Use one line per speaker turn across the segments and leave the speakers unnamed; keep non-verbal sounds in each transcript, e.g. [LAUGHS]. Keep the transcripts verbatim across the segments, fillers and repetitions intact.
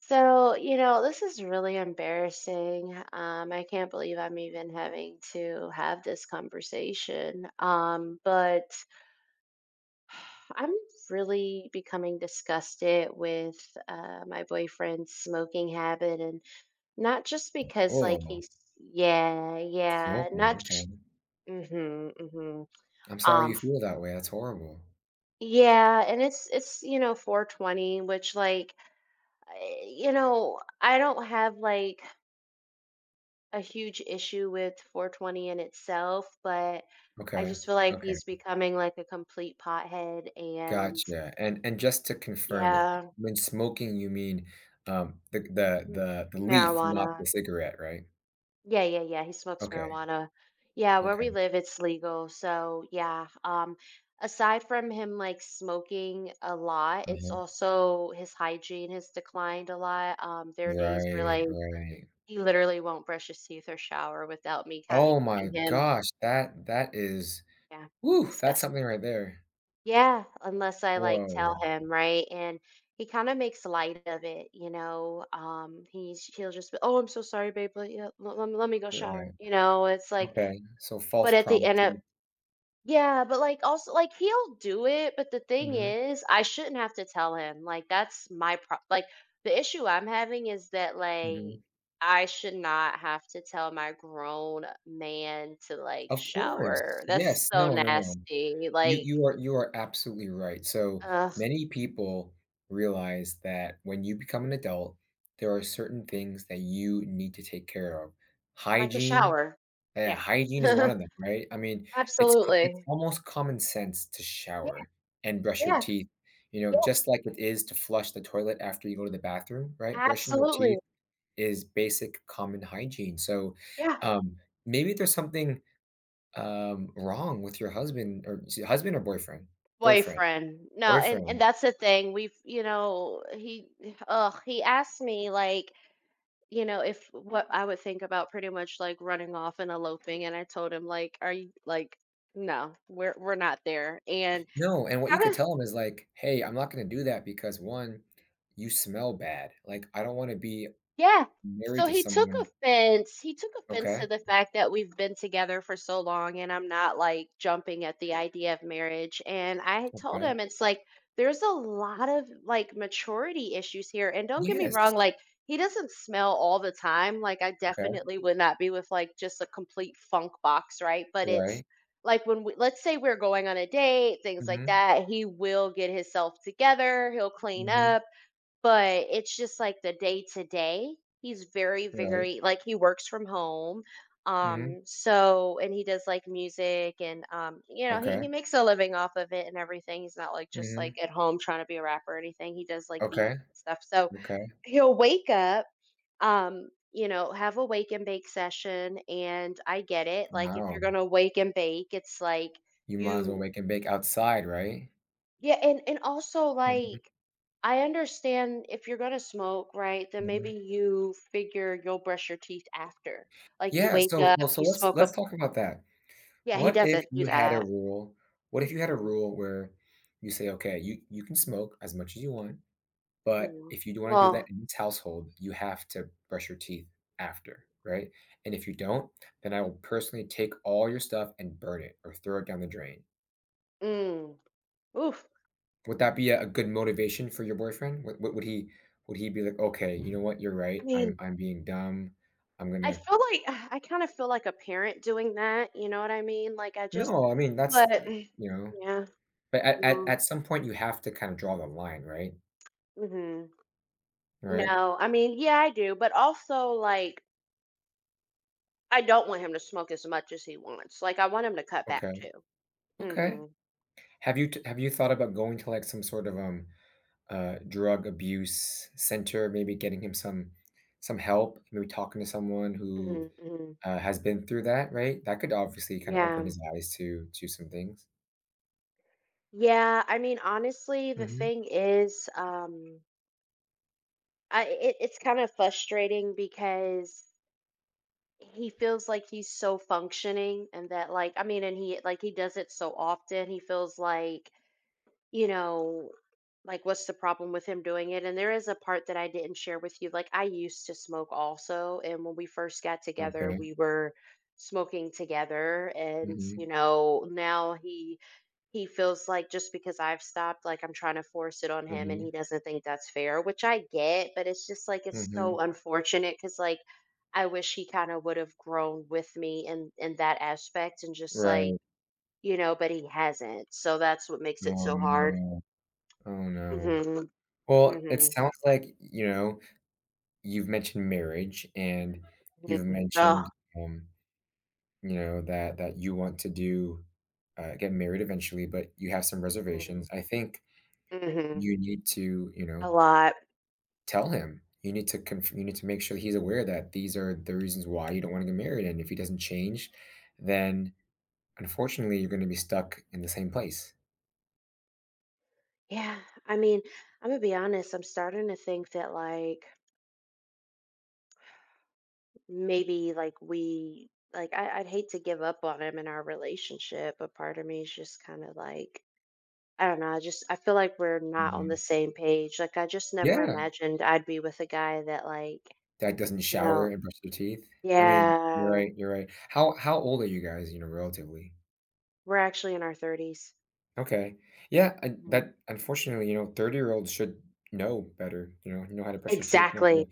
So, you know, this is really embarrassing. Um, I can't believe I'm even having to have this conversation. Um, but [SIGHS] I'm really becoming disgusted with uh, my boyfriend's smoking habit, and not just because, like,
Oh,
he's, yeah, yeah,
smoking,
not
okay.
just. Mm-hmm, mm-hmm.
I'm sorry
Um,
you
f-
feel that way, that's horrible.
yeah, and it's it's you know four twenty, which like I- you know, I don't have like a huge issue with four twenty in itself, but I
Okay,
just feel like
okay,
he's becoming like a complete pothead and
gotcha, and and just to confirm, it
yeah,
when smoking, you mean, um, the the
m-
the the leaf, not
marijuana.
the cigarette, right?
Yeah, yeah, yeah, he smokes
Okay,
marijuana. Yeah, where we
okay,
live it's legal. So, yeah, um aside from him like smoking a lot, it's
uh-huh.
also his hygiene has declined a lot. Um there are days where
Right,
like
right.
he literally won't brush his teeth or shower without me kind of
Oh my
giving him
gosh, that that is
yeah,
woo, that's
disgusting.
something right there.
Yeah, unless I like tell
Whoa,
him, right? And he kind of makes light of it, you know. Um, he's he'll just be, "Oh, I'm so sorry, babe. Let, yeah, let, let me let me go shower."
right,
You know, it's like,
okay, so
but
false
at the end
promises.
of yeah, but like also like he'll do it, but the thing
Mhm,
is, I shouldn't have to tell him. Like that's my pro. Like the issue I'm having is that like
mhm.
I should not have to tell my grown man to like
Of course,
shower. That's
yes,
so
no, no, no.
nasty.
You
Like,
you are you are absolutely right. So
ugh.
many people realize that when you become an adult, there are certain things that you need to take care of.
Like a
Hygiene,
shower.
yeah,
Yeah.
hygiene is
[LAUGHS]
one of them, right? I mean, it's co- it's
Absolutely.
almost common sense to
Yeah.
shower and brush your
Yeah,
teeth, you know,
yeah,
just like it is to flush the toilet after you go to the bathroom, right? Brushing your
absolutely.
teeth is basic common hygiene. So
Yeah,
um, maybe there's something um, wrong with your husband or is it husband or boyfriend? Boyfriend,
boyfriend. No, and and
boyfriend.
that's the thing, we've you know, he ugh, he asked me, like, you know, if what I would think about pretty much, like, running off and eloping, and I told him, like, "Are you like, no, we're we're not there," and
No, and what you could
kinda
tell him is like, "Hey, I'm not gonna do that because one, you smell bad, like, I don't wanna be
yeah.
married
So
to
he took
someone."
offense he took offense to
Okay,
the fact that we've been together for so long and I'm not like jumping at the idea of marriage. And I had told
okay.
him it's like there's a lot of like maturity issues here. And don't get me
Yes,
wrong, like he doesn't smell all the time. Like I
okay,
definitely would not be with like just a complete funk box, right? But it's
right.
like when we let's say we're going on a date, things like
Mhm,
that, he will get himself together, he'll clean
mhm,
up but it's just like the day to day, he's very,
right,
very like he works from home.
mhm,
Um, so and he does like music and um, you know, he,
okay,
he makes a living off of it and everything. He's not like just like
mhm,
at home trying to be a rapper or anything. He does like beat
okay,
stuff. So
okay.
he'll wake up, um, you know, have a wake and bake session and I get it. Like if you're
Wow,
gonna wake and bake, it's like
you might as well
you
wake and bake outside, right?
yeah, and and also like
Mhm,
I understand if you're gonna smoke, right, then maybe
mhm.
you figure you'll brush your teeth after. Like you
Yeah,
wake
so
up,
well, so
you
let's
smoke a
let's talk about that.
yeah, he
What if
doesn't do
you had a
that.
rule what if you had a
Mhm,
rule where you say, "Okay, you you can smoke as much as you want, but
mhm.
if you do wanna do that
Well,
in this household, you have to brush your teeth after, right? And if you don't, then I will personally take all your stuff and burn it or throw it down the drain."
mm, oof.
Would that be a a good motivation for your boyfriend? Would would would he would he be like, "Okay, you know what? You're
I
right.
mean,
I'm I'm being dumb. I'm
I
gonna."
feel like [SIGHS] I kind of feel like a parent doing that, you know what I mean? Like I just
No, I mean, that's
but
y
mm,
you know?
yeah,
But at at
yeah.
at some point, you have to kinda draw the line, right?
Hmm.
Right?
No, I mean, yeah, I do, but also like I don't want him to smoke as much as he wants. Like, I want him to cut back
Okay,
too.
okay.
Mhm.
Have you t have you thought about going to, like, some sort of, um, uh, drug abuse center, maybe getting him some some help, maybe talking to someone who,
Mhm. Mhm.
uh, has been through that, right? That could obviously kinda open
Yeah.
his eyes to to some things.
Yeah, I mean, honestly, the
Mhm.
thing is, um, I it, it's kind of frustrating because he feels like he's so functioning and that like I mean, and he like he does it so often. He feels like you know, like what's the problem with him doing it? And there is a part that I didn't share with you. Like I used to smoke also, and when we first got together,
Okay.
we were smoking together and you
Mhm.
know, now he he feels like just because I've stopped, like I'm trying to force it on him and
Mhm.
he doesn't think that's fair, which I get, but it's just like it's so
Mhm.
unfortunate cuz like I wish he kind of would have grown with me in in that aspect and just like,
Right.
you know, but he hasn't. So that's what makes it
Oh,
so hard.
no. Oh, no.
Mhm,
Well,
mhm,
it sounds like, you know, you've mentioned marriage, and you've
mhm. Oh,
mentioned, um you know, that that you want to do, uh, get married eventually, but you have some reservations,
mm,
I think
mhm.
you need to, you
A
know,
lot.
tell him. You need to conf you need to make sure that he's aware that these are the reasons why you don't wanna get married, and if he doesn't change, then unfortunately, you're gonna be stuck in the same place.
Yeah, I mean, I'm gonna be honest, I'm starting to think that like maybe like we like I, I'd hate to give up on him in our relationship, but part of me is just kind of like I don't know, I just I feel like we're not on the
Mhm.
same page. Like I just never
Yeah,
imagined I'd be with a guy that like,
that doesn't
you
shower
know,
and brush their teeth. I mean, you're
yeah,
right, you're right. How how old are you guys, you know, relatively?
we're actually in our thirties.
Okay. Yeah, I
Mhm.
that unfortunately, you know, thirty-year-olds should know better, you know know how to brush your teeth, know how
Exactly.
to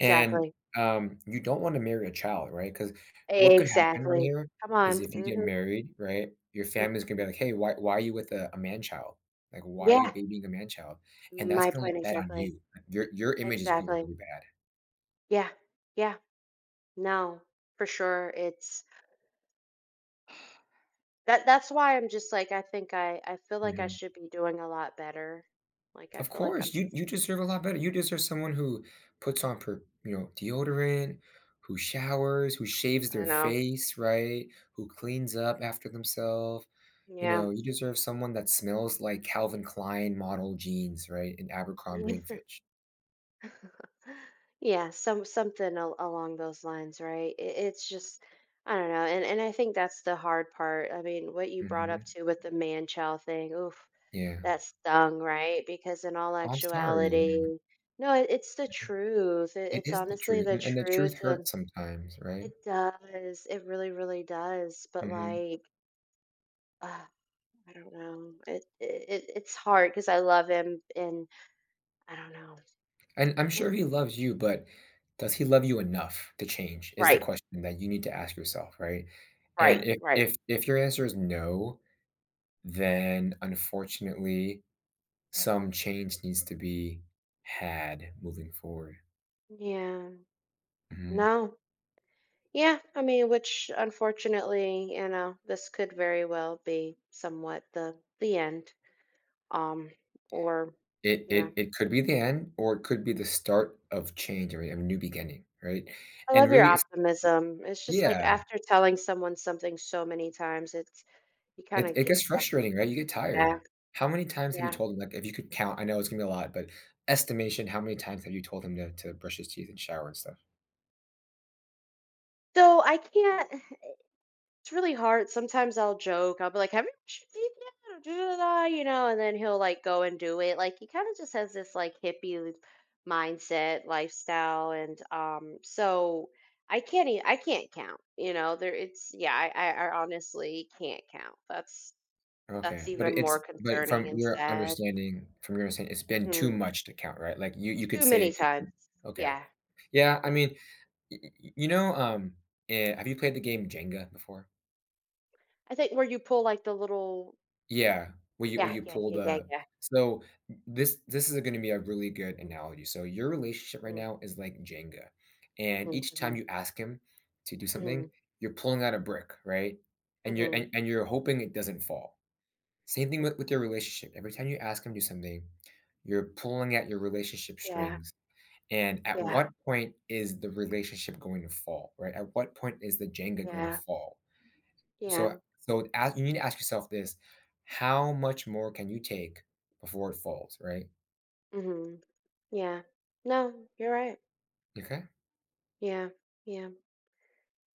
and, um, you don't wanna marry a child, right? Because what could happen right
Exactly.
here
Come
is
on.
if you get
Mhm,
married, right, your
mhm,
family's gonna
mhm.
be like, "Hey, why why are you with a a man child? Like, why are you
Yeah,
babying a man child?" And that's
my
gonna look
point
bad on
exactly.
you. Your your image is gonna look
Exactly.
really bad.
Yeah, yeah. No, for sure. It's that that's why I'm just like I think I I feel like I
Mhm.
should be doing a lot better. Like I
Of
feel like I'm
course,
s
you you deserve a lot better. You deserve someone who puts on per you know, deodorant, who showers, who shaves
I
their
know.
face, right? Who cleans up after themselves. You
Yeah.
know, you deserve someone that smells like Calvin Klein model jeans, right? And Abercrombie & and
[LAUGHS]
Fitch.
Yeah, some something al along those lines, right? It it's just I don't know, and and I think that's the hard part. I mean, what you brought up
Mhm.
too with the man-child thing, oof.
Yeah.
That stung, right? Because in all
Oh, I'm sorry, yeah.
actuality no, it it's the truth. It
It
it's
is the
honestly
truth,
the
and and the truth
truth, and
hurts sometimes, right?
it does. It really, really does. But,
Mhm.
like, uh, I don't know. It it it it's hard because I love him, and I don't know.
And I'm
Mm.
sure he loves you, but does he love you enough to change is the
Right,
question that you need to ask yourself, right?
right,
And if
right.
if if your answer is no, then unfortunately some change needs to be had moving forward.
Yeah.
Mhm.
No. Yeah, I mean, which unfortunately, you know, this could very well be somewhat the the end, um, or
It
yeah.
it it could be the end or it could be the start of change or a new beginning, right?
I
And
love your
really it's
optimism. It's just like
yeah.
after telling someone something so many times, it's you kind
It
of
it
get
gets frustrating, right? You get tired.
back.
How many times have you
Yeah.
told him, like, if you could count, I know it's gonna be a lot, but estimation, how many times have you told him to to brush his teeth and shower and stuff?
So I can't. It's really hard. Sometimes I'll joke. I'll be like, "Have you watched Veep yet?" Or da, da, da. You know, and then he'll like go and do it. Like he kind of just has this like hippie mindset, lifestyle, and um. So I can't. e- I can't count. You know, there. It's yeah. I I, I honestly can't count. That's that's
Okay, but
even
it's
more
but
concerning
from
and
your
sad.
understanding from your understanding, it's been too
Mm-hmm.
much to count, right? Like, you you
Too
could say
many
it
times.
could-. Okay.
Yeah,
Yeah, I
yeah.
mean, y y you know, um, eh, have you played the game Jenga before?
I think where you pull, like, the little
Yeah, where you where
yeah,
you
yeah,
pull
yeah, yeah,
the
yeah.
so this this is gonna be a really good analogy. So your relationship right
Mhm,
now is like Jenga, and
mhm,
each time
mhm,
you ask him to do something,
mhm,
you're pulling out a brick, right?
mhm,
And you're
mhm.
and, and you're hoping it doesn't fall. Same thing with, with your relationship. Every time you ask him to do something, you're pulling at your relationship
Yeah,
strings. And at
yeah,
what point is the relationship going to fall, right? At what point is the Jenga going to
yeah,
fall?
yeah,
So so as you need to ask yourself this, how much more can you take before it falls, right?
mhm, yeah. No, you're right.
Okay?
Yeah, yeah.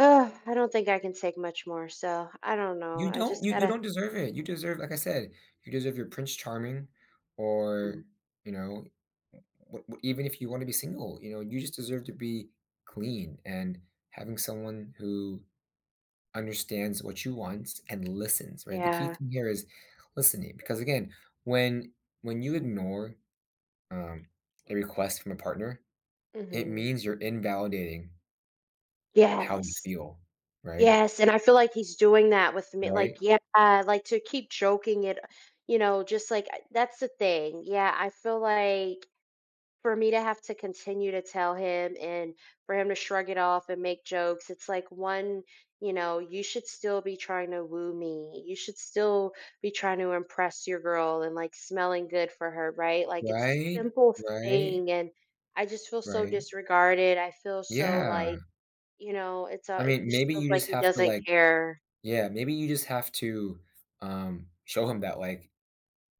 Oh, I don't think I can take much more, so I don't know.
You
I
don't
just
you you
gotta
don't deserve it. You deserve like I said, you deserve your Prince Charming
mhm.
or, you know, w- w- even if you want to be single, you know, you just deserve to be clean and having someone who understands what you want and listens, right? The key
Yeah,
thing here is listening because again, when when you ignore um, a request from a partner, it
mhm.
means you're invalidating how you
Yes.
feel, right?
Yes, and I feel like he's doing that with me, like,
Right?
yeah, like, to keep joking it, you know, just, like, I that's the thing, yeah, I feel like for me to have to continue to tell him and for him to shrug it off and make jokes, it's like, one, you know, you should still be trying to woo me, you should still be trying to impress your girl and, like, smelling good for her, right? Like, it's a
Right?
simple
Right?
thing, and I just feel so
Right?
disregarded, I feel so,
Yeah.
like you know, it's, uh
I
it
mean,
just
maybe
feels
you
like
just
he
have to,
doesn't
like
care.
yeah, maybe you just have to, um, show him that, like,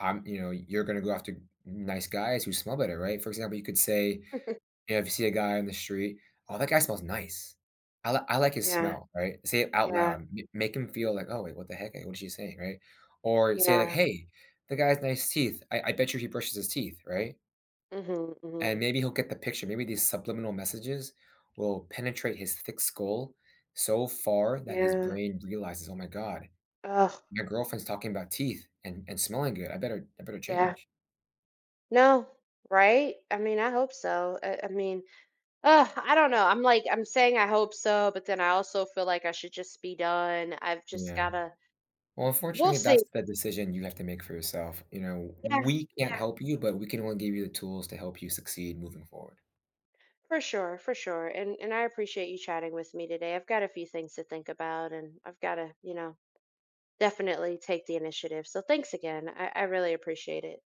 I'm you know, you're gonna go after nice guys who smell better, right? For example, you could say, yeah, if you see a guy on the street, "Oh, that guy smells nice. I li I like his
Yeah,
smell," right? Say it out
yeah,
loud, m make him feel like, "Oh, wait, what the heck? Like, what is she saying?" Right? Or say like,
yeah.
"Hey, the guy's nice teeth. I I bet you he brushes his teeth," right?
Mhm,
And
mhm.
maybe he'll get the picture. Maybe these subliminal messages will penetrate his thick skull so far that his
Yeah.
brain realizes, "Oh my god,
Oh,
my girlfriend's talking about teeth and and smelling good. I better I better
yeah.
change."
No, right? I mean, I hope so. I, I mean, ugh, I don't know. I'm like, I'm saying I hope so, but then I also feel like I should just be done. I've just
Yeah.
gotta,
Well,
we'll
unfortunately,
see.
that's the decision you have to make for yourself. You know,
Yeah,
we can't
yeah,
help you, but we can only give you the tools to help you succeed moving forward.
for sure, for sure. And and I appreciate you chatting with me today. I've got a few things to think about, and I've got to, you know, definitely take the initiative. So thanks again. I, I really appreciate it.